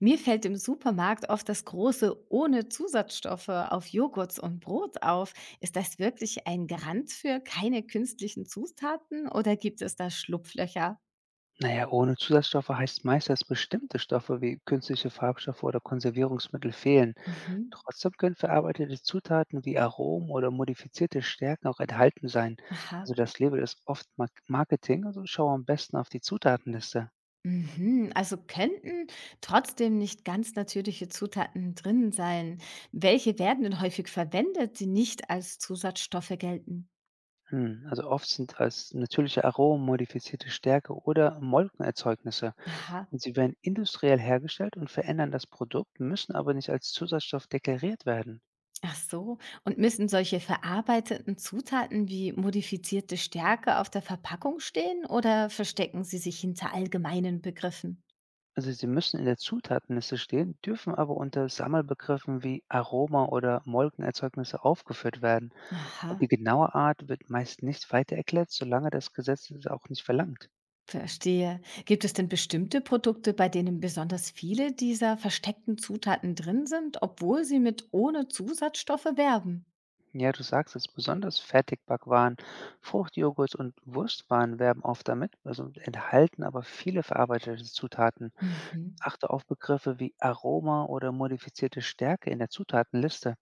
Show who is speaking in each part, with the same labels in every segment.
Speaker 1: Mir fällt im Supermarkt oft das große ohne Zusatzstoffe auf Joghurts und Brot auf. Ist das wirklich ein Garant für keine künstlichen Zutaten oder gibt es da Schlupflöcher?
Speaker 2: Naja, ohne Zusatzstoffe heißt meist, dass bestimmte Stoffe wie künstliche Farbstoffe oder Konservierungsmittel fehlen.
Speaker 1: Mhm.
Speaker 2: Trotzdem können verarbeitete Zutaten wie Aromen oder modifizierte Stärken auch enthalten sein.
Speaker 1: Aha.
Speaker 2: Also das Label ist oft Marketing, also schau am besten auf die Zutatenliste.
Speaker 1: Mhm. Also könnten trotzdem nicht ganz natürliche Zutaten drin sein. Welche werden denn häufig verwendet, die nicht als Zusatzstoffe gelten?
Speaker 2: Also oft sind als natürliche Aromen modifizierte Stärke oder Molkenerzeugnisse.
Speaker 1: Aha.
Speaker 2: Und sie werden industriell hergestellt und verändern das Produkt, müssen aber nicht als Zusatzstoff deklariert werden.
Speaker 1: Ach so. Und müssen solche verarbeiteten Zutaten wie modifizierte Stärke auf der Verpackung stehen oder verstecken sie sich hinter allgemeinen Begriffen?
Speaker 2: Also sie müssen in der Zutatenliste stehen, dürfen aber unter Sammelbegriffen wie Aroma oder Molkenerzeugnisse aufgeführt werden. Und
Speaker 1: Aha,
Speaker 2: die genaue Art wird meist nicht weiter erklärt, solange das Gesetz es auch nicht verlangt.
Speaker 1: verstehe. Gibt es denn bestimmte Produkte, bei denen besonders viele dieser versteckten Zutaten drin sind, obwohl sie mit ohne Zusatzstoffe werben?
Speaker 2: Ja, du sagst es, besonders Fertigbackwaren, Fruchtjoghurt und Wurstwaren werben oft damit, also enthalten aber viele verarbeitete Zutaten.
Speaker 1: Mhm.
Speaker 2: Achte auf Begriffe wie Aroma oder modifizierte Stärke in der Zutatenliste.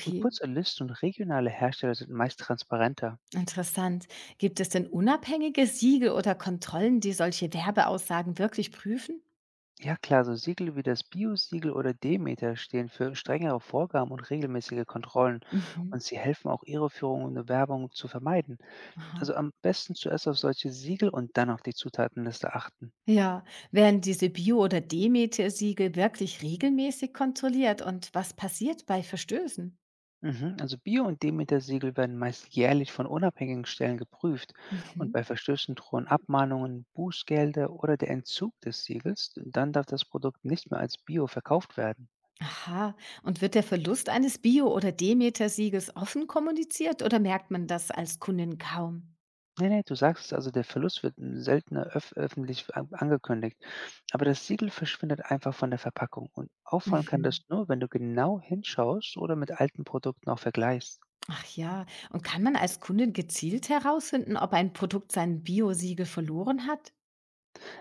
Speaker 2: Und kurze Listen und regionale Hersteller sind meist transparenter.
Speaker 1: Interessant. Gibt es denn unabhängige Siegel oder Kontrollen, die solche Werbeaussagen wirklich prüfen?
Speaker 2: Ja klar, so Siegel wie das Bio-Siegel oder Demeter stehen für strengere Vorgaben und regelmäßige Kontrollen,
Speaker 1: Mhm.
Speaker 2: und sie helfen auch Irreführungen und Werbung zu vermeiden. Also
Speaker 1: Aha.
Speaker 2: am besten zuerst auf solche Siegel und dann auf die Zutatenliste achten.
Speaker 1: Ja, werden diese Bio- oder Demeter-Siegel wirklich regelmäßig kontrolliert und was passiert bei Verstößen?
Speaker 2: Mhm. Also Bio- und Demeter-Siegel werden meist jährlich von unabhängigen Stellen geprüft, und bei
Speaker 1: Mhm.
Speaker 2: Verstößen drohen Abmahnungen, Bußgelder oder der Entzug des Siegels, dann darf das Produkt nicht mehr als Bio verkauft werden.
Speaker 1: Aha, und wird der Verlust eines Bio- oder Demeter-Siegels offen kommuniziert oder merkt man das als Kundin kaum?
Speaker 2: Ne, ne, du sagst es, also der Verlust wird, seltener öffentlich an angekündigt, aber das Siegel verschwindet einfach von der Verpackung und auffallen kann
Speaker 1: Mhm.
Speaker 2: das nur, wenn du genau hinschaust oder mit alten Produkten auch vergleichst.
Speaker 1: Ach ja, und kann man als Kundin gezielt herausfinden, ob ein Produkt sein Bio-Siegel verloren hat?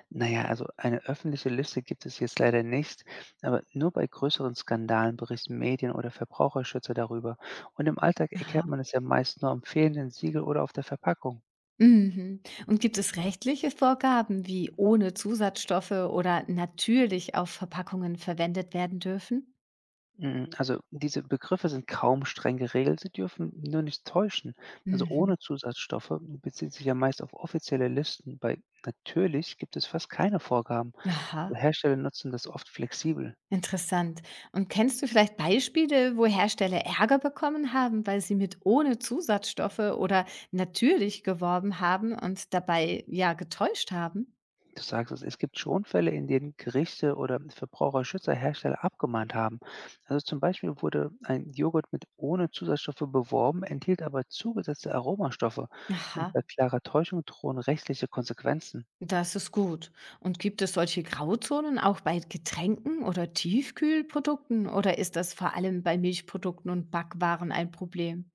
Speaker 2: Naja, also eine öffentliche Liste gibt es jetzt leider nicht, aber nur bei größeren Skandalen berichten Medien oder Verbraucherschützer darüber, und im Alltag erkennt
Speaker 1: Aha.
Speaker 2: man es ja meist nur am fehlenden Siegel oder auf der Verpackung.
Speaker 1: Mhm. Und gibt es rechtliche Vorgaben, wie ohne Zusatzstoffe oder natürlich auf Verpackungen verwendet werden dürfen?
Speaker 2: Mhm, also diese Begriffe sind kaum streng geregelt, sie dürfen nur nicht täuschen. Also
Speaker 1: Mhm.
Speaker 2: ohne Zusatzstoffe bezieht sich ja meist auf offizielle Listen. Bei natürlich gibt es fast keine Vorgaben.
Speaker 1: Aha,
Speaker 2: Hersteller nutzen das oft flexibel.
Speaker 1: interessant. Und kennst du vielleicht Beispiele, wo Hersteller Ärger bekommen haben, weil sie mit ohne Zusatzstoffe oder natürlich geworben haben und dabei ja getäuscht haben?
Speaker 2: Du sagst es, es gibt schon Fälle, in denen Gerichte oder Verbraucherschützer Hersteller abgemahnt haben. Also zum Beispiel wurde ein Joghurt mit ohne Zusatzstoffe beworben, enthielt aber zugesetzte Aromastoffe,
Speaker 1: Aha,
Speaker 2: und bei klarer Täuschung drohen rechtliche Konsequenzen.
Speaker 1: das ist gut. Und gibt es solche Grauzonen auch bei Getränken oder Tiefkühlprodukten oder ist das vor allem bei Milchprodukten und Backwaren ein Problem?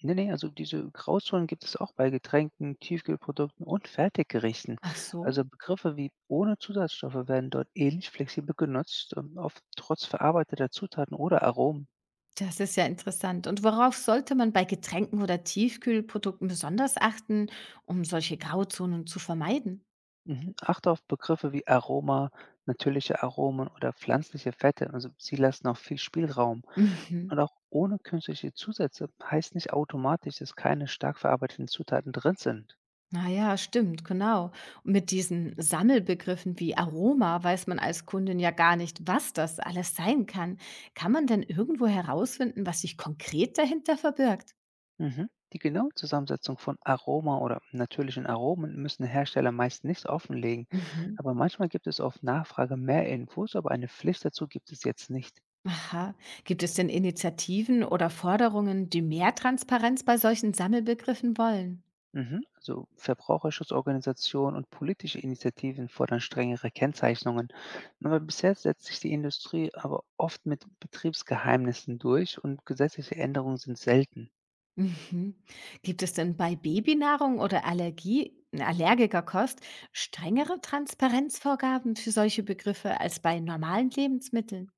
Speaker 2: Ne, ne, also diese Grauzonen gibt es auch bei Getränken, Tiefkühlprodukten und Fertiggerichten.
Speaker 1: Ach so.
Speaker 2: Also Begriffe wie ohne Zusatzstoffe werden dort ähnlich flexibel genutzt, oft trotz verarbeiteter Zutaten oder Aromen.
Speaker 1: Das ist ja interessant. Und worauf sollte man bei Getränken oder Tiefkühlprodukten besonders achten, um solche Grauzonen zu vermeiden?
Speaker 2: Mhm. Achte auf Begriffe wie Aroma, natürliche Aromen oder pflanzliche Fette. Also sie lassen auch viel Spielraum.
Speaker 1: Mhm.
Speaker 2: Und auch ohne künstliche Zusätze heißt nicht automatisch, dass keine stark verarbeiteten Zutaten drin sind.
Speaker 1: Naja, stimmt, genau. Und mit diesen Sammelbegriffen wie Aroma weiß man als Kundin ja gar nicht, was das alles sein kann. Kann man denn irgendwo herausfinden, was sich konkret dahinter verbirgt?
Speaker 2: Mhm. Die genaue Zusammensetzung von Aroma oder natürlichen Aromen müssen Hersteller meist nicht offenlegen,
Speaker 1: Mhm.
Speaker 2: aber manchmal gibt es auf Nachfrage mehr Infos, aber eine Pflicht dazu gibt es jetzt nicht.
Speaker 1: Aha. Gibt es denn Initiativen oder Forderungen, die mehr Transparenz bei solchen Sammelbegriffen wollen?
Speaker 2: Mhm. Also Verbraucherschutzorganisationen und politische Initiativen fordern strengere Kennzeichnungen. Aber bisher setzt sich die Industrie aber oft mit Betriebsgeheimnissen durch und gesetzliche Änderungen sind selten.
Speaker 1: Mhm. Gibt es denn bei Babynahrung oder Allergie, Allergikerkost strengere Transparenzvorgaben für solche Begriffe als bei normalen Lebensmitteln?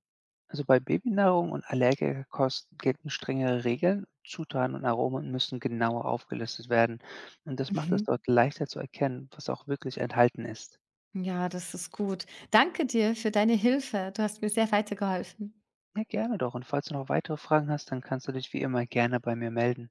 Speaker 2: Also bei Babynahrung und Allergikerkosten gelten strengere Regeln. Zutaten und Aromen müssen genauer aufgelistet werden. Und das macht es
Speaker 1: Mhm.
Speaker 2: dort leichter zu erkennen, was auch wirklich enthalten ist.
Speaker 1: Ja, das ist gut. Danke dir für deine Hilfe. Du hast mir sehr weitergeholfen.
Speaker 2: Ja, gerne doch. Und falls du noch weitere Fragen hast, dann kannst du dich wie immer gerne bei mir melden.